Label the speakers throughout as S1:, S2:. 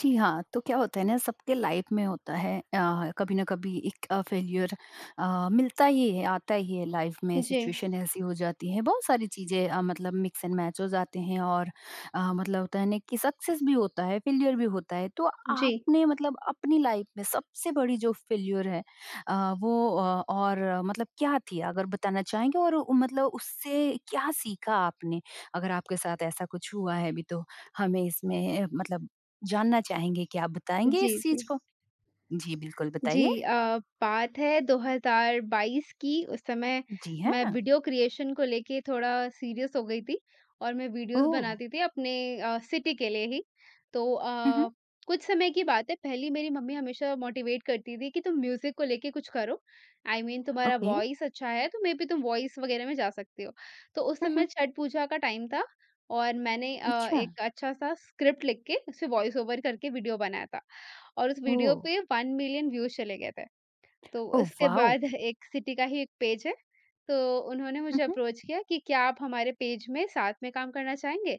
S1: जी हाँ। तो क्या होता है ना, सबके लाइफ में होता है कभी ना कभी एक फेल्यूर मिलता ही है, आता ही है। लाइफ में
S2: जी,
S1: सिचुएशन ऐसी हो जाती है। बहुत सारी चीज़ें मतलब मिक्स एंड मैच हो जाते हैं और मतलब होता है ना कि सक्सेस भी होता है, फेल्यूर भी होता है। तो
S2: जी,
S1: आपने मतलब अपनी लाइफ में सबसे बड़ी जो फेल्यूर है अ, वो और मतलब क्या थी? अगर बताना चाहेंगे, और मतलब उससे क्या सीखा आपने? अगर आपके साथ ऐसा कुछ हुआ है अभी, तो हमें इसमें मतलब जानना चाहेंगे, क्या आप बताएँगे
S2: जी,
S1: इस चीज़
S2: जी।
S1: को? जी, बिल्कुल
S2: जी
S1: बताइए।
S2: बात है 2022 की उस समय
S1: जी
S2: मैं
S1: हाँ।
S2: वीडियो क्रिएशन को लेके थोड़ा सीरियस हो गई थी और मैं वीडियोज़
S1: ओह!
S2: बनाती थी अपने सिटी के लिए ही। तो
S1: उहुँ।
S2: कुछ समय की बात है पहली मेरी मम्मी हमेशा मोटिवेट करती थी कि तुम म्यूज़िक को लेके कुछ करो। आई I मीन mean, तुम्हारा
S1: ओके।
S2: वॉइस अच्छा है तो मेबी तुम वॉइस वगैरह में जा सकती हो। तो उस
S1: उहुँ।
S2: समय छठ पूजा का टाइम था और मैंने
S1: अच्छा।
S2: एक अच्छा-सा स्क्रिप्ट लिख के उसे वॉइस ओवर करके वीडियो बनाया था। और उस वीडियो
S1: ओह!
S2: पे 1 मिलियन व्यूज़ चले गए थे। तो
S1: ओह
S2: उसके
S1: वाओ!
S2: बाद एक सिटी का ही एक पेज है, तो उन्होंने मुझे
S1: उहुँ।
S2: अप्रोच किया कि क्या आप हमारे पेज में साथ में काम करना चाहेंगे?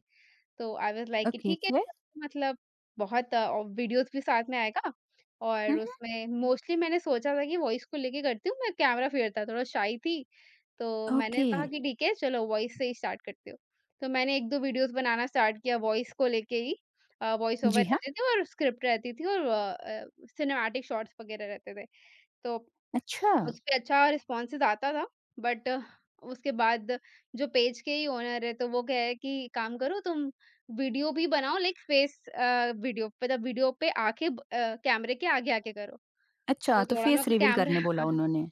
S2: तो आई वाज़ लाइक कि
S1: ओके,
S2: ठीक है
S1: फिर?
S2: मतलब बहुत वीडियोज़ भी साथ में आएगा और
S1: उहुँ।
S2: उसमें मोस्टली मैंने सोचा था कि वॉइस को लेके करती हूँ, मैं कैमरा फ़ियर था, थोड़ा शाई थी। तो मैंने
S1: ओके।
S2: कहा कि ठीक है चलो वॉइस से ही स्टार्ट करती हूँ। तो मैंने 1-2 वीडियोज़ बनाना स्टार्ट किया वॉइस को लेके ही। वॉइस ओवर
S1: जी हाँ।
S2: रहते थे और स्क्रिप्ट रहती थी और सिनेमैटिक शॉट्स वगैरह रहते थे। तो
S1: अच्छा।
S2: उसपे अच्छा रिस्पॉन्सेज़ आता था, बट उसके बाद जो पेज के ही ओनर है, तो वो कहे कि काम करो तुम वीडियो भी बनाओ लाइक फेस वीडियो मतलब वीडियो पे आके कैमरे के आगे आके करो। तो
S1: अच्छा, तो
S2: थोड़ा मेरे
S1: फेस
S2: को
S1: रिवील
S2: कैमरा
S1: करने बोला उन्होंने।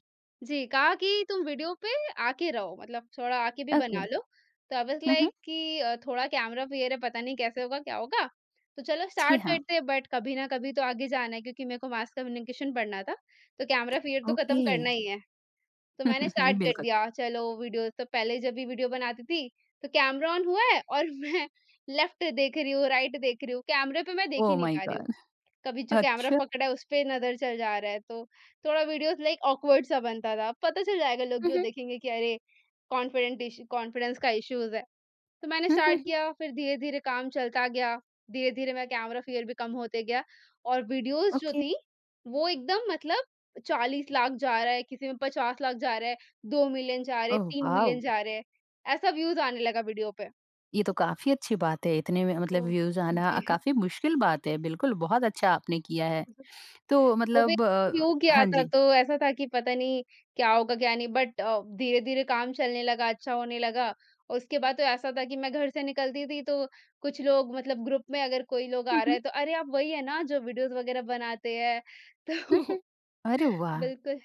S2: जी, कहा कि तुम वीडियो पे आके रहो, मतलब थोड़ा आके भी
S1: ओके।
S2: बना लो। तो आई वाज़
S1: उहुँ।
S2: लाइक कि थोड़ा कैमरा फियर है, पता नहीं कैसे होगा, क्या होगा? तो चलो
S1: जी
S2: स्टार्ट
S1: हाँ।
S2: करते हैं, बट कभी ना कभी तो आगे जाना है क्योंकि मेरे को मास कम्युनिकेशन पढ़ना था, तो कैमरा फियर तो खत्म
S1: ओके।
S2: करना ही है। तो मैंने स्टार्ट
S1: मम्हम,
S2: कर
S1: बिल्कुल।
S2: दिया, चलो वीडियो तो पहले जब भी वीडियो बनाती थी, तो कैमरा ऑन हुआ है और मैं लेफ्ट देख रही हूँ, राइट देख रही हूँ, कैमरे पे मैं देख ही
S1: ओह
S2: नहीं
S1: माय
S2: पा रही हूँ।
S1: गॉड!
S2: कभी जो कैमरा
S1: अच्छा।
S2: पकड़ा है उस पे नज़र चल जा रहा है, तो थोड़ा वीडियोज़ लाइक ऑकवर्ड सा बनता था। पता चल जाएगा लोग जो
S1: उहुँ।
S2: देखेंगे कि अरे! कॉन्फिडेंट इशू कॉन्फिडेंस का इश्यूज़ है। तो मैंने
S1: हुँ, हुँ,
S2: स्टार्ट
S1: हुँ।
S2: किया, फिर धीरे-धीरे काम चलता गया, धीरे-धीरे मेरा कैमरा फ़ियर भी कम होते गया और वीडियोज़ जो
S1: ओके।
S2: थी, वो एकदम मतलब 40 लाख जा रहा है, किसी में 50 लाख जा रहा है, 2 मिलियन जा रहे हैं,
S1: ओह
S2: 3
S1: वाओ!
S2: मिलियन जा रहे हैं, ऐसा व्यूज़ आने लगा वीडियो पे।
S1: ये तो काफ़ी अच्छी बात है, इतने में मतलब
S2: तो
S1: व्यूज़ आना
S2: जी।
S1: काफ़ी मुश्किल बात है। बिल्कुल, बहुत अच्छा आपने किया है। तो
S2: वो भी
S1: मतलब
S2: न्यू
S1: हाँ।
S2: किया
S1: हाँ
S2: था
S1: जी।
S2: तो ऐसा था कि पता नहीं क्या होगा क्या नहीं बट धीरे-धीरे काम चलने लगा, अच्छा होने लगा। और उसके बाद तो ऐसा था कि मैं घर से निकलती थी तो कुछ लोग मतलब ग्रुप में अगर कोई लोग आ
S1: हुँ,
S2: रहा
S1: हुँ।
S2: है तो अरे आप वही है ना जो वीडियोज़ वगैरह बनाते हैं?
S1: हुँ,
S2: तो
S1: हुँ। अरे वाह!
S2: बिल्कुल।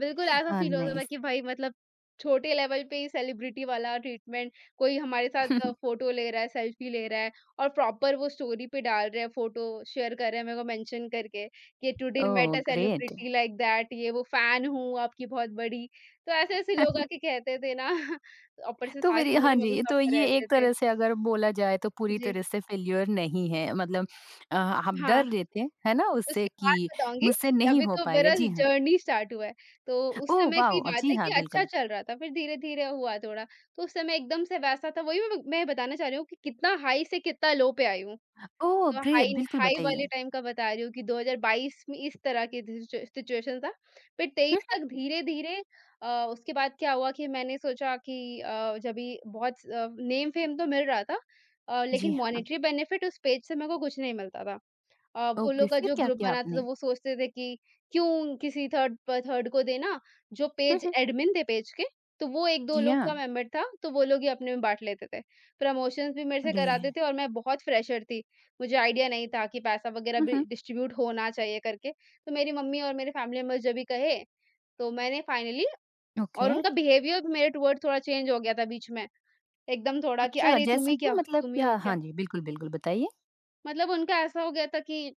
S2: बिल्कुल, ऐसा फ़ील होता था
S1: नाइस।
S2: कि भाई मतलब छोटे लेवल पे ही सेलिब्रिटी वाला ट्रीटमेंट, कोई हमारे साथ फ़ोटो ले रहा है, सेल्फी ले रहा है और प्रॉपर वो स्टोरी पे डाल रहे हैं, फ़ोटो शेयर कर रहे हैं मेरे को मेंशन करके कि today
S1: oh,
S2: met a
S1: great.
S2: Celebrity like that, ये वो फ़ैन हूँ आपकी बहुत बड़ी। तो ऐसे-ऐसे लोग आके कहते थे ना, ऊपर से
S1: तो
S2: साथ
S1: फिर ये,
S2: में
S1: हाँ
S2: मेरे
S1: जी, तो
S2: मम्मी-पापा
S1: ये
S2: रहते
S1: एक
S2: थे।
S1: तरह से अगर बोला जाए तो पूरी
S2: जी।
S1: तरह से फेल्योर नहीं है मतलब आप
S2: हाँ।
S1: डर रहे थे, है ना? उससे
S2: उसके बाद
S1: कि
S2: बताऊँगी,
S1: मुझसे नहीं
S2: अभी
S1: हो
S2: तो
S1: पाएगा।
S2: मेरा
S1: जी हाँ।
S2: जर्नी स्टार्ट हुआ है, तो उस
S1: ओह
S2: समय की
S1: वाओ!
S2: बात
S1: जी
S2: है कि
S1: हाँ,
S2: अच्छा
S1: बिल्कुल।
S2: चल रहा था, फिर धीरे-धीरे हुआ थोड़ा। तो उस समय एकदम से वैसा था वही मैं बताना चाह रही हूँ कि कितना हाई से कितना लो पे आई हूँ।
S1: ओह
S2: तो
S1: ग्रेट!
S2: हाई
S1: बिल्कुल
S2: हाई
S1: बताइए।
S2: वाले टाइम का बता रही हूँ कि 2022 में इस तरह की सिचुएशन था। फिर
S1: हुँ,
S2: 23
S1: हुँ।
S2: तक धीरे-धीरे उसके बाद क्या हुआ कि मैंने सोचा कि जभी बहुत नेम-फेम तो मिल रहा था
S1: जी
S2: लेकिन
S1: हाँ।
S2: मॉनेटरी बेनिफिट उस पेज से मेरे को कुछ नहीं मिलता था। वो
S1: ओके,
S2: लोग का
S1: फिर
S2: जो
S1: क्या
S2: ग्रुप
S1: किया
S2: बना था तो
S1: आपने?
S2: वो सोचते थे कि क्यों किसी थर्ड को देना, जो
S1: हुँ,
S2: पेज
S1: हुँ।
S2: एडमिन थे पेज के, तो वो 1-2
S1: जी
S2: लोग का
S1: हाँ।
S2: मेंबर था, तो वो लोग ही अपने में बाँट लेते थे। प्रमोशंस भी मेरे से
S1: अरे!
S2: कराते थे और मैं बहुत फ्रेशर थी, मुझे आइडिया नहीं था कि पैसा वगैरह
S1: हुँ,
S2: भी
S1: हुँ।
S2: डिस्ट्रीब्यूट होना चाहिए करके। तो मेरी मम्मी और मेरे फैमिली मेंबर्स जब भी कहे, तो मैंने फाइनली
S1: ओके।
S2: और उनका बिहेवियर भी मेरे टुवर्ड थोड़ा चेंज हो गया था बीच में, एकदम थोड़ा कि
S1: अच्छा,
S2: अरे तुम
S1: जैसे
S2: ही
S1: कि
S2: क्या?
S1: मतलब
S2: तुम ही
S1: क्या,
S2: हो क्या?
S1: हाँ जी, बिल्कुल, बिल्कुल बताइए।
S2: मतलब उनका ऐसा हो गया था कि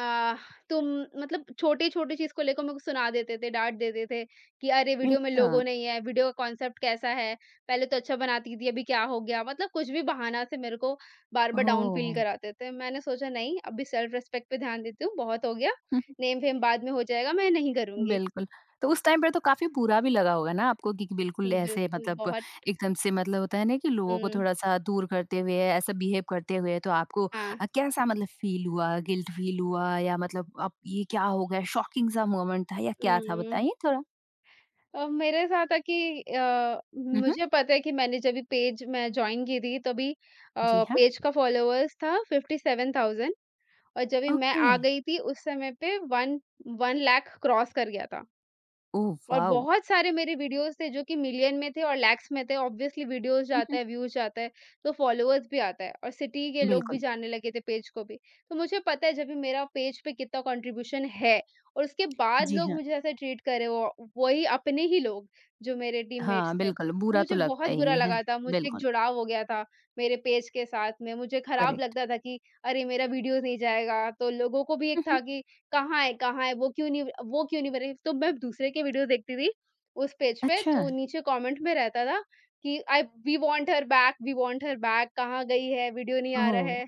S2: आह, तुम मतलब छोटी-छोटी चीज़ को लेकर मेरे को सुना देते थे, डाँट देते थे कि अरे वीडियो में
S1: अच्छा।
S2: लोगो नहीं है, वीडियो का कॉन्सेप्ट कैसा है, पहले तो अच्छा बनाती थी, अभी क्या हो गया? मतलब कुछ भी बहाना से मेरे को बार-बार डाउन फ़ील
S1: ओह!
S2: कराते थे। मैंने सोचा नहीं अभी सेल्फ रिस्पेक्ट पे ध्यान देती हूँ, बहुत हो गया, नेम-फेम बाद में हो जाएगा, मैं नहीं करूँगी।
S1: बिल्कुल। तो उस टाइम पे तो काफ़ी बुरा भी लगा होगा ना आपको कि बिल्कुल ऐसे
S2: बिल्कुल,
S1: मतलब
S2: बहुत
S1: एकदम से, मतलब होता है ना कि लोगों को
S2: हुँ,
S1: थोड़ा-सा दूर करते हुए, ऐसा बिहेव करते हुए, तो आपको
S2: हाँ।
S1: कैसा मतलब फ़ील हुआ? गिल्ट फ़ील हुआ या मतलब अब ये क्या हो गया? शॉकिंग सा मोमेंट था या क्या था,
S2: हुँ।
S1: बताइए थोड़ा?
S2: मेरे साथ है कि
S1: हुँ, हुँ।
S2: मुझे पता है कि मैंने जब भी पेज मैं जॉइन की थी तभी
S1: जी हाँ।
S2: पेज का फॉलोअर्स था 57,000 और जब भी मैं
S1: ओके।
S2: आ गई थी उस समय पे वन वन लाख क्रॉस कर गया था
S1: ओह
S2: और
S1: वाओ!
S2: बहुत सारे मेरे वीडियोज़ थे जो कि मिलियन में थे और लैक्स में थे। ऑब्वियसली वीडियोज़
S1: हुँ,
S2: जाता
S1: हुँ।
S2: है, व्यूज़ जाता है, तो फ़ॉलोअर्स भी आता है और सिटी के लोग भी
S1: बिल्कुल।
S2: जानने लगे थे पेज को भी। तो मुझे पता है जब भी मेरा पेज पे कितना कंट्रीब्यूशन है और उसके बाद
S1: जी
S2: लोग
S1: हाँ।
S2: मुझे ऐसे ट्रीट कर रहे हो, वही अपने ही लोग जो मेरे टीममेट्स
S1: हाँ,
S2: थे।
S1: बिल्कुल
S2: तो
S1: बुरा
S2: मुझे
S1: तो
S2: बहुत
S1: लगता
S2: बुरा
S1: ही है।
S2: लगा था, मुझे एक
S1: बिल्कुल,
S2: जुड़ाव हो गया था मेरे पेज के साथ में। मुझे खराब
S1: करेक्ट।
S2: लगता था कि अरे! मेरा वीडियोज़ नहीं जाएगा, तो लोगों को भी एक
S1: हुँ,
S2: था
S1: हुँ।
S2: कि कहाँ है कहाँ है? वो क्यों नहीं बनी? तो मैं दूसरे के वीडियो देखती थी उस पेज पे,
S1: अच्छा।
S2: तो नीचे कमेंट में रहता था कि I we want her back we want her back कहाँ गई है? वीडियो नहीं आ रहा
S1: ओह!
S2: है।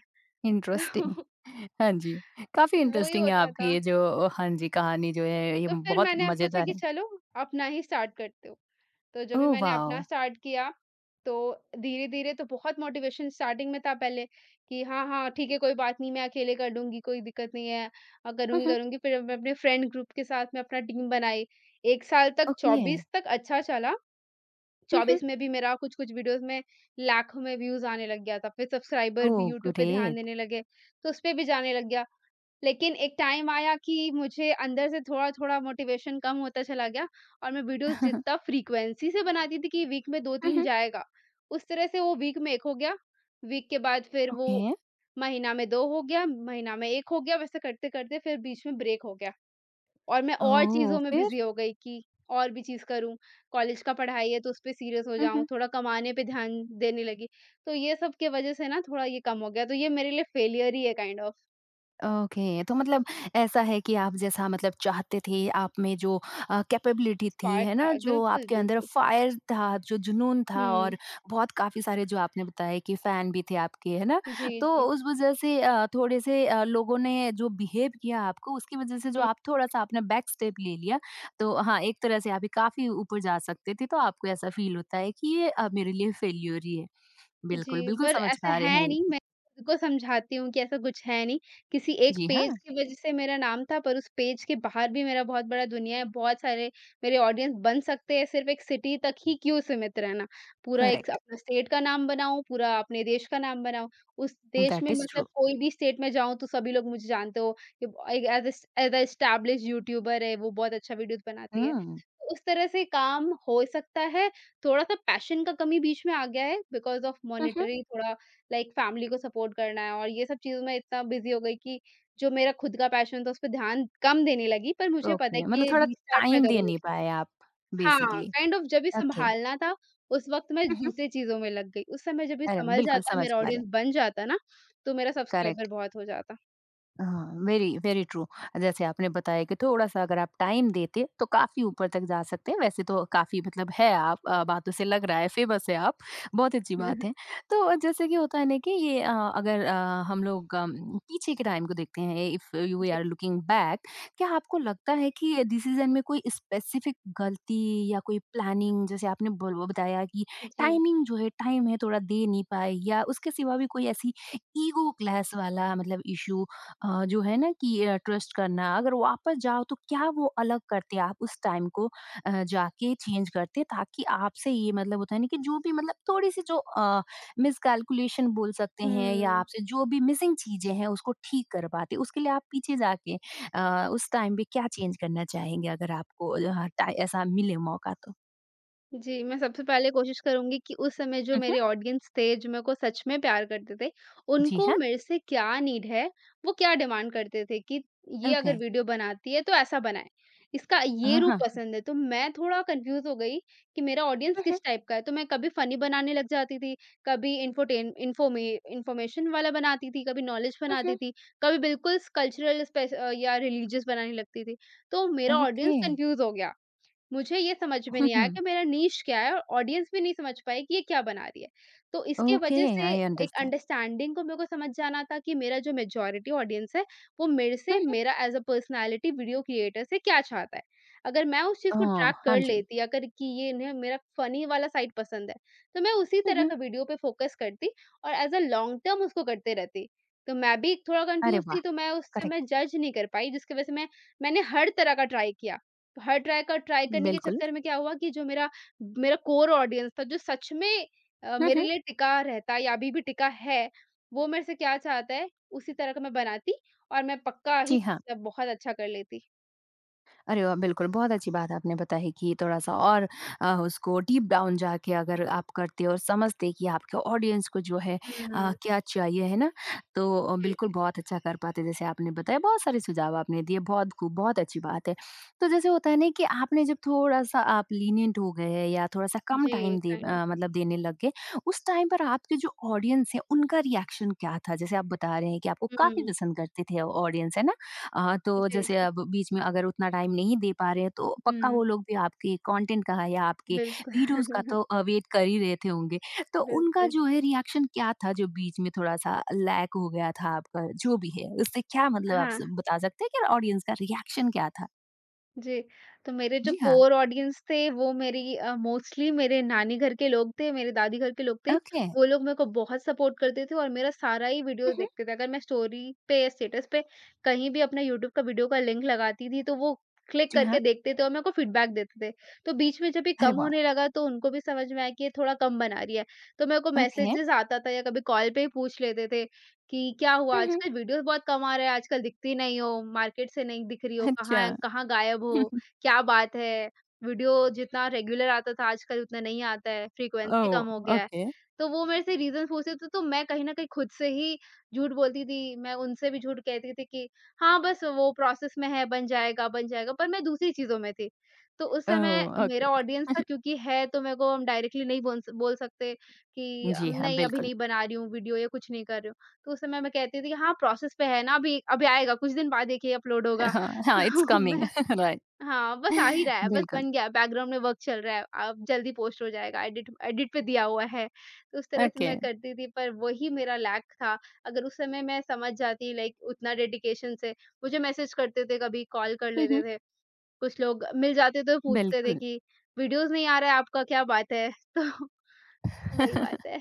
S1: इंटरेस्टिंग। हाँ जी, काफ़ी
S2: तो वो ही
S1: इंटरेस्टिंग है
S2: होता था।
S1: आपकी ये जो, हाँ जी, कहानी जो है ये
S2: तो फिर
S1: बहुत
S2: मैंने सोचा
S1: मज़ेदार
S2: कि
S1: है।
S2: चलो अपना ही स्टार्ट करते हैं। तो जब भी
S1: ओह
S2: मैंने
S1: वाओ!
S2: अपना स्टार्ट किया, तो धीरे-धीरे तो बहुत मोटिवेशन स्टार्टिंग में था पहले कि हाँ, हाँ, ठीक है कोई बात नहीं मैं अकेले कर लूँगी, कोई दिक्कत नहीं है
S1: हुँ,
S2: करूँगी,
S1: हुँ।
S2: करूँगी। फिर अब मैं अपने फ्रेंड ग्रुप के साथ मैं अपना टीम बनाई। 1 साल तक
S1: ओके।
S2: 24 तक अच्छा चला।
S1: हुँ,
S2: 24
S1: हुँ।
S2: में भी मेरा कुछ-कुछ वीडियोज़ में लाखों में व्यूज़ आने लग गया था। फिर सब्सक्राइबर
S1: ओह
S2: भी यूट्यूब पे ध्यान
S1: ग्रेट!
S2: देने लगे, तो उसपे भी जाने लग गया। लेकिन एक टाइम आया कि मुझे अंदर से थोड़ा-थोड़ा मोटिवेशन कम होता चला गया और मैं वीडियोज़
S1: हुँ, हुँ।
S2: जितना फ्रीक्वेंसी से बनाती थी कि वीक में 2-3 जाएगा, उस तरह से वो वीक में 1 हो गया, वीक के बाद फिर वो
S1: ओके,
S2: महीना में 2 हो गया, महीना में 1 हो गया, वैसे करते-करते फिर बीच में ब्रेक हो गया और मैं और
S1: ओह
S2: चीज़ों में
S1: फिर?
S2: बिज़ी हो गई कि और भी चीज़ करूँ, कॉलेज का पढ़ाई है तो उस पे सीरियस हो
S1: हुँ,
S2: जाऊँ,
S1: हुँ।
S2: थोड़ा कमाने पे ध्यान देने लगी। तो ये सब के वजह से ना थोड़ा ये कम हो गया, तो ये मेरे लिए फेलियर ही है काइंड ऑफ,
S1: ओके, तो मतलब ऐसा है कि आप जैसा मतलब चाहते थे, आप में जो कैपेबिलिटी थी,
S2: स्पार्क
S1: है
S2: था
S1: ना? जो
S2: बिल्कुल,
S1: आपके अंदर
S2: बिल्कुल।
S1: फायर था, जो जुनून था,
S2: हुँ।
S1: और बहुत काफ़ी सारे, जो आपने बताया कि फ़ैन भी थे आपके, है ना?
S2: जी,
S1: तो
S2: जी।
S1: उस वज़ह से थोड़े-से लोगों ने जो बिहेव किया आपको, उसकी वज़ह से जो
S2: हुँ,
S1: आप थोड़ा-सा आपने बैक स्टेप ले लिया। तो हाँ, एक तरह से आप काफ़ी ऊपर जा सकते थे, तो आपको ऐसा फ़ील होता है कि ये मेरे लिए फेल्योर ही है। बिल्कुल,
S2: जी,
S1: बिल्कुल
S2: पर
S1: समझ
S2: ऐसा
S1: पा रहे
S2: है
S1: हैं ये
S2: नहीं,
S1: चीज़।
S2: मैं खुद को समझाती हूँ कि ऐसा कुछ है नहीं। किसी एक
S1: जी हाँ।
S2: पेज की वजह से मेरा नाम था, पर उस पेज के बाहर भी मेरा बहुत बड़ा दुनिया है, बहुत सारे मेरे ऑडियंस बन सकते हैं, सिर्फ़ एक सिटी तक ही क्यों सीमित रहना? पूरा एक
S1: करेक्ट,
S2: अपना स्टेट का नाम बनाऊँ, पूरा अपने देश का नाम बनाऊँ, उस देश में
S1: दैट इज़
S2: मतलब
S1: ट्रू।
S2: कोई भी स्टेट में जाऊँ, तो सभी लोग मुझे जानते हो कि ब एक as as as a established YouTuber है, वो बहुत अच्छा वीडियोज़ बनाती है।
S1: हुँ।
S2: तो उस तरह से काम हो सकता है। थोड़ा-सा पैशन का कमी बीच में आ गया है because of
S1: um, um.
S2: Monetary थोड़ा लाइक फ़ैमिली को सपोर्ट करना है और ये सब चीज़ों में इतना बिज़ी हो गई कि जो मेरा खुद का पैशन था, उस पे ध्यान कम देने लगी, पर मुझे पता है
S1: ओके,
S2: कि
S1: मतलब
S2: ये
S1: थोड़ा
S2: रीस्टार्ट मैं
S1: टाइम दे
S2: करूँगी।
S1: नहीं पाए आप
S2: हाँ,
S1: बेसिकली।
S2: काइंड ऑफ जब भी
S1: ओके।
S2: सँभालना था, उस वक़्त मैं
S1: हुँ, हुँ।
S2: दूसरी चीज़ों में लग गई। उस समय जब ये
S1: अरे,
S2: सँभल
S1: बिल्कुल
S2: जाता,
S1: समझ
S2: मेरा
S1: पा रहे हैं,
S2: ऑडियंस बन जाता ना, तो मेरा सब्सक्राइबर
S1: करेक्ट।
S2: बहुत हो जाता।
S1: हाँ, वेरी वेरी ट्रू। जैसे आपने बताया कि थोड़ा-सा अगर आप टाइम देते तो काफ़ी ऊपर तक जा सकते हैं। वैसे तो काफ़ी मतलब है, आप बातों से लग रहा है फेमस है आप, बहुत अच्छी बात है। तो जैसे कि होता है ना कि ये अ, अगर अ, हम लोग पीछे के टाइम को देखते हैं, इफ यू
S2: जी।
S1: आर लुकिंग बैक, क्या आपको लगता है कि डिसीज़न में कोई स्पेसिफिक गलती या कोई प्लानिंग, जैसे आपने बोल बताया कि
S2: जी।
S1: टाइमिंग जो है, टाइम है थोड़ा दे नहीं पाए, या उसके सिवा भी कोई ऐसी ईगो क्लैश वाला मतलब इश्यू, जो है ना कि ट्रस्ट करना, अगर वापस जाओ तो क्या वो अलग करते आप उस टाइम को जाके चेंज करते ताकि आपसे ये मतलब होता है ना कि जो भी मतलब थोड़ी सी जो मिसकैलकुलेशन बोल सकते हैं या
S2: हुँ।
S1: आपसे जो भी मिसिंग चीजें हैं उसको ठीक कर पाते, उसके लिए आप पीछे जाके उस टाइम पे क्या चेंज करना चाहेंगे अगर आपको, हाँ, ऐसा मिले मौका तो?
S2: जी, मैं सबसे पहले कोशिश करूँगी कि उस समय जो
S1: मम्म।
S2: मेरे ऑडियंस थे, जो मेरे को सच में प्यार करते थे,
S1: जी
S2: उनको
S1: हाँ।
S2: मेरे से क्या नीड है, वो क्या डिमांड करते थे कि ये
S1: ओके।
S2: अगर वीडियो बनाती है तो ऐसा बनाए, इसका ये
S1: हाँ
S2: रूप
S1: हाँ।
S2: पसंद है। तो मैं थोड़ा कन्फ्यूज़ हो गई कि मेरा ऑडियंस
S1: मम्म।
S2: किस टाइप का है, तो मैं कभी फ़नी बनाने लग जाती थी, कभी इन्फोटेन इन्फोमे इन्फॉर्मेशन वाला बनाती थी, कभी नॉलेज बनाती
S1: मम्म।
S2: थी, कभी बिल्कुल स कल्चरल स्पेस या रिलीजियस बनाने लगती थी। तो मेरा
S1: ओके।
S2: ऑडियंस कन्फ्यूज़ हो गया। मुझे ये समझ में नहीं आया
S1: हम्म।
S2: कि मेरा नीश क्या है और ऑडियंस भी नहीं समझ पाई कि ये क्या बना रही है। तो इसके
S1: ओके।
S2: वजह से
S1: आई
S2: एक
S1: अंडरस्टैंड।
S2: अंडरस्टैंडिंग को मेरे को समझ जाना था कि मेरा जो मेजॉरिटी ऑडियंस है, वो मेरे से मेरा as a personality video creator से क्या चाहता है। अगर मैं उस चीज़ को
S1: हाँ
S2: ट्रैक
S1: हाँ।
S2: कर लेती अगर कि ये इन्हें मेरा फ़नी वाला साइड पसंद है, तो मैं उसी तरह
S1: जी।
S2: का वीडियो पे फ़ोकस करती और एज़ अ लॉन्ग टर्म उसको करते रहती। तो मैं भी थोड़ा
S1: अरे
S2: कन्फ्यूज़ थी,
S1: वाह!
S2: तो मैं उस समय
S1: करेक्ट।
S2: जज नहीं कर पाई जिसकी वजह से मैंने हर तरह का ट्राई किया। हर ट्राय का ट्राय करने के
S1: बिल्कुल।
S2: चक्कर में क्या हुआ कि जो मेरा मेरा कोर ऑडियंस था, जो सच में
S1: हुँ,
S2: मेरे
S1: हुँ।
S2: लिए टिका रहता है या अभी भी टिका है, वो मेरे से क्या चाहता है, उसी तरह का मैं बनाती और मैं पक्का ही
S1: जी हाँ।
S2: मतलब बहुत अच्छा कर लेती।
S1: अरे वाह! बिल्कुल, बहुत अच्छी बात आपने बताई कि थोड़ा-सा और उसको डीप डाउन जाके अगर
S2: जी।
S1: आप करते और समझते कि आपके ऑडियंस को जो है
S2: हुँ,
S1: क्या चाहिए, है ना? तो
S2: जी,
S1: बिल्कुल
S2: जी।
S1: बहुत अच्छा कर पाते, जैसे आपने बताया, बहुत सारे सुझाव आपने दिए, बहुत खूब, बहुत अच्छी बात है। तो जैसे होता है ना कि आपने जब थोड़ा-सा आप लीनिएंट हो गए या थोड़ा-सा कम
S2: जी,
S1: टाइम दे
S2: कहीं न कहीं।
S1: मतलब देने लग गए, उस टाइम पर आपके जो ऑडियंस है, उनका रिएक्शन क्या था? जैसे आप बता रहे हैं कि आपको काफ़ी
S2: हुँ,
S1: पसंद करते थे ऑडियंस, है ना? तो
S2: जी,
S1: जैसे
S2: जी।
S1: अब बीच में अगर उतना टाइम नहीं दे पा रहे हैं तो पक्का
S2: हुँ,
S1: वो लोग भी आपके कंटेंट का या आपके
S2: बिल्कुल,
S1: वीडियोस का तो वेट कर ही रहे थे होंगे। तो उनका
S2: बिल्कुल।
S1: जो है रिएक्शन क्या था, जो बीच में थोड़ा-सा लैग हो गया था आपका जो भी है, उससे क्या मतलब आप
S2: हाँ।
S1: स बता सकते हैं कि ऑडियंस का रिएक्शन क्या था?
S2: जी, तो मेरे जो
S1: जी हाँ।
S2: कोर ऑडियंस थे वो मेरी मोस्टली मेरे नानी घर के लोग थे, मेरे दादी घर के लोग थे।
S1: ओके।
S2: वो लोग मेरे को बहुत सपोर्ट करते थे और मेरा सारा ही वीडियो
S1: हुँ, हुँ।
S2: देखते थे। अगर मैं स्टोरी पे या स्टेटस पे कहीं भी अपना यूट्यूब का वीडियो का लिंक लगाती थी तो वो क्लिक
S1: जी
S2: करके
S1: हाँ।
S2: देखते थे और मेरे को फीडबैक देते थे। तो बीच में जब ये
S1: अरे
S2: कम
S1: वाह!
S2: होने लगा तो उनको भी समझ में आया कि ये थोड़ा कम बना रही है। तो मेरे को
S1: ओके।
S2: मैसेजेस आता था या कभी कॉल पे ही पूछ लेते थे कि क्या हुआ?
S1: हुँ, हुँ।
S2: आजकल वीडियोज़ बहुत कम आ रहे हैं, आजकल दिखती नहीं हो, मार्केट से नहीं दिख रही हो, कहाँ
S1: अच्छा।
S2: कहाँ गायब हो, क्या बात है? वीडियो जितना रेगुलर आता था आजकल उतना नहीं आता है, फ्रीक्वेंसी
S1: ओह!
S2: कम हो गया है।
S1: ओके।
S2: तो वो मेरे से रीज़न पूछते थे तो मैं कहीं न कहीं खुद से ही झूठ बोलती थी, मैं उनसे भी झूठ कहती थी कि हाँ, बस वो प्रोसेस में है, बन जाएगा, पर मैं दूसरी चीज़ों में थी। तो उस समय
S1: ओह!
S2: मेरा
S1: ओके।
S2: ऑडियंस था क्योंकि है तो मेरे को हम डायरेक्टली नहीं बोल सकते कि
S1: जी हाँ,
S2: नहीं अभी
S1: बिल्कुल।
S2: नहीं बना रही हूँ वीडियो या कुछ नहीं कर रही हूँ। तो उस समय मैं कहती थी कि हाँ, प्रोसेस पे है ना अभी, अभी आएगा कुछ दिन बाद देखिए अपलोड होगा।
S1: हाँ, हाँ, इट्स
S2: तो
S1: कमिंग
S2: मैं
S1: राइट।
S2: हाँ, बस आ ही रहा है, बस
S1: बिल्कुल।
S2: बन गया बैकग्राउंड में वर्क चल रहा है, अब जल्दी पोस्ट हो जाएगा, एडिट एडिट पे दिया हुआ है। तो उस तरह से
S1: ओके।
S2: मैं करती थी पर वही मेरा लैक था। अगर उस समय मैं समझ जाती लाइक उतना डेडिकेशन से मुझे मैसेज करते थे, कभी कॉल कर
S1: हुँ,
S2: लेते
S1: हुँ।
S2: थे, कुछ लोग मिल जाते तो पूछते थे
S1: बिल्कुल।
S2: कि वीडियोज़ नहीं आ रहा है आपका क्या बात है? तो वही बात है।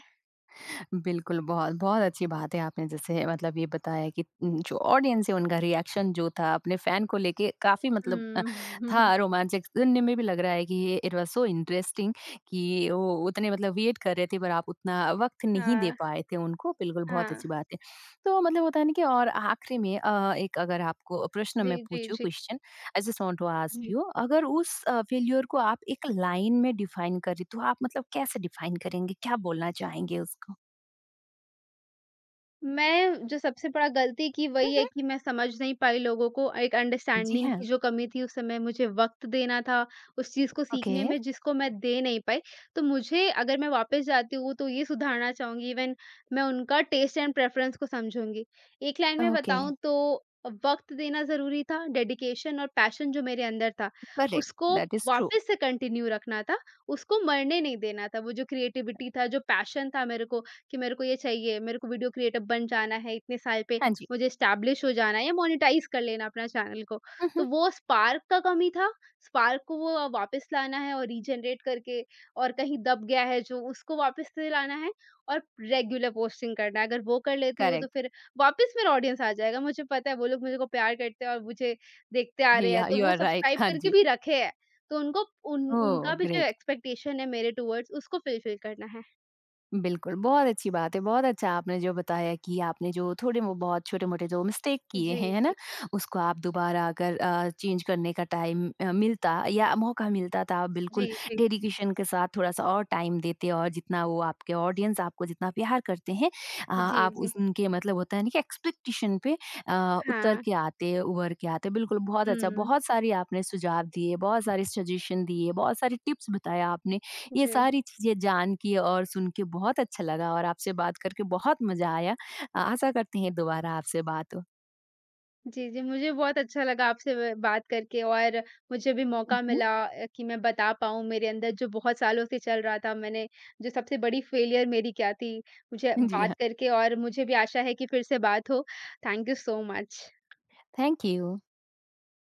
S1: बिल्कुल, बहुत, बहुत अच्छी बात है, आपने जैसे मतलब ये बताया कि जो ऑडियंस है उनका रिएक्शन जो था अपने फ़ैन को लेके, काफ़ी मतलब
S2: हुँ।
S1: था रोमांचक, सुनने में भी लग रहा है कि ये, इट वाज़ सो इंटरेस्टिंग कि वो उतने मतलब वेट कर रहे थे पर आप उतना वक़्त नहीं दे
S2: हाँ,
S1: पाए थे उनको, बिल्कुल बहुत
S2: हाँ।
S1: अच्छी बात है। तो मतलब होता है ना कि, और आखिरी में एक अगर आपको प्रश्न मैं
S2: जी, जी,
S1: पूछूँ
S2: जी।
S1: Question, I just want to ask you, अगर उस फेल्योर को आप एक लाइन में डिफाइन करें तो आप मतलब कैसे डिफाइन करेंगे? क्या बोलना चाहेंगे उसको?
S2: मैं जो सबसे बड़ा गलती की वही है
S1: मम्म।
S2: कि मैं समझ नहीं पाई लोगों को, एक
S1: जी
S2: अंडरस्टैंडिंग
S1: हाँ।
S2: की जो कमी थी उस समय मुझे वक़्त देना था, उस चीज़ को
S1: ओके।
S2: सीखने में जिसको मैं दे नहीं पाई। तो मुझे अगर मैं वापस जाती हूँ तो ये सुधारना चाहूँगी इवन मैं उनका टेस्ट एंड प्रेफ़रेंस को समझूँगी। एक लाइन में
S1: ओके।
S2: बताऊँ तो वक़्त देना ज़रूरी था, डेडिकेशन और पैशन जो मेरे अंदर था,
S1: करेक्ट।
S2: उसको
S1: दैट इज ट्रू।
S2: वापस से कंटिन्यू रखना था, उसको मरने नहीं देना था। वो जो क्रिएटिविटी था, जो पैशन था मेरे को कि मेरे को ये चाहिए, मेरे को वीडियो क्रिएटर बन जाना है, इतने साल पे
S1: हाँ जी।
S2: मुझे एस्टेब्लिश हो जाना है या मोनेटाइज़ कर लेना अपना चैनल को। तो
S1: मम्म।
S2: वो स्पार्क का कमी था, स्पार्क को वो वापस लाना है और रीजनरेट करके और कहीं दब गया है जो उसको वापस से लाना है और रेगुलर पोस्टिंग करना है। अगर वो कर लेती हूँ तो
S1: करेक्ट।
S2: फिर वापस मेरा ऑडियंस आ जाएगा। मुझे पता है वो लोग मुझे को प्यार करते हैं और मुझे देखते आ रहे हैं,
S1: या
S2: तो
S1: यू
S2: वो
S1: आर राइट।
S2: सब्सक्राइब
S1: हाँ
S2: करके
S1: जी।
S2: भी रखे हैं। तो उनको उन उनका
S1: ओह
S2: भी जो
S1: ग्रेट।
S2: एक्सपेक्टेशन है मेरे टुवर्ड्स उसको फुलफिल करना है।
S1: बिल्कुल, बहुत अच्छी बात है, बहुत अच्छा आपने जो बताया कि आपने जो थोड़े वो बहुत छोटे-मोटे जो मिस्टेक किए
S2: जी,
S1: हैं, है
S2: जी।
S1: ना? उसको आप दोबारा अगर चेंज करने का टाइम मिलता या मौका मिलता तो आप बिल्कुल
S2: जी, जी।
S1: डेडिकेशन के साथ थोड़ा-सा और टाइम देते, और जितना वो, आपके ऑडियंस आपको जितना प्यार करते हैं,
S2: जी,
S1: आप
S2: जी।
S1: उस उनके मतलब होता है ना कि एक्सपेक्टेशन पे उतर
S2: हाँ।
S1: के आते, उभर के आते। बिल्कुल, बहुत अच्छा,
S2: हुँ।
S1: बहुत सारी आपने सुझाव दिए, बहुत सारे सजेशन दिए, बहुत सारे टिप्स बताया आपने, ये
S2: जी।
S1: सारी चीज़ें जान के और सुन के बहुत अच्छा लगा और आपसे बात करके बहुत मज़ा आया। आशा करते हैं दोबारा आपसे बात हो।
S2: जी, जी, मुझे बहुत अच्छा लगा आपसे ब बात करके और मुझे भी
S1: हुँ,
S2: मौका
S1: हुँ।
S2: मिला कि मैं बता पाऊँ मेरे अंदर जो बहुत सालों से चल रहा था, मैंने जो सबसे बड़ी फ़ेलियर मेरी क्या थी, मुझे
S1: जी
S2: बात
S1: हाँ,
S2: करके और मुझे भी आशा है कि फिर से बात हो। Thank you so much.
S1: Thank you.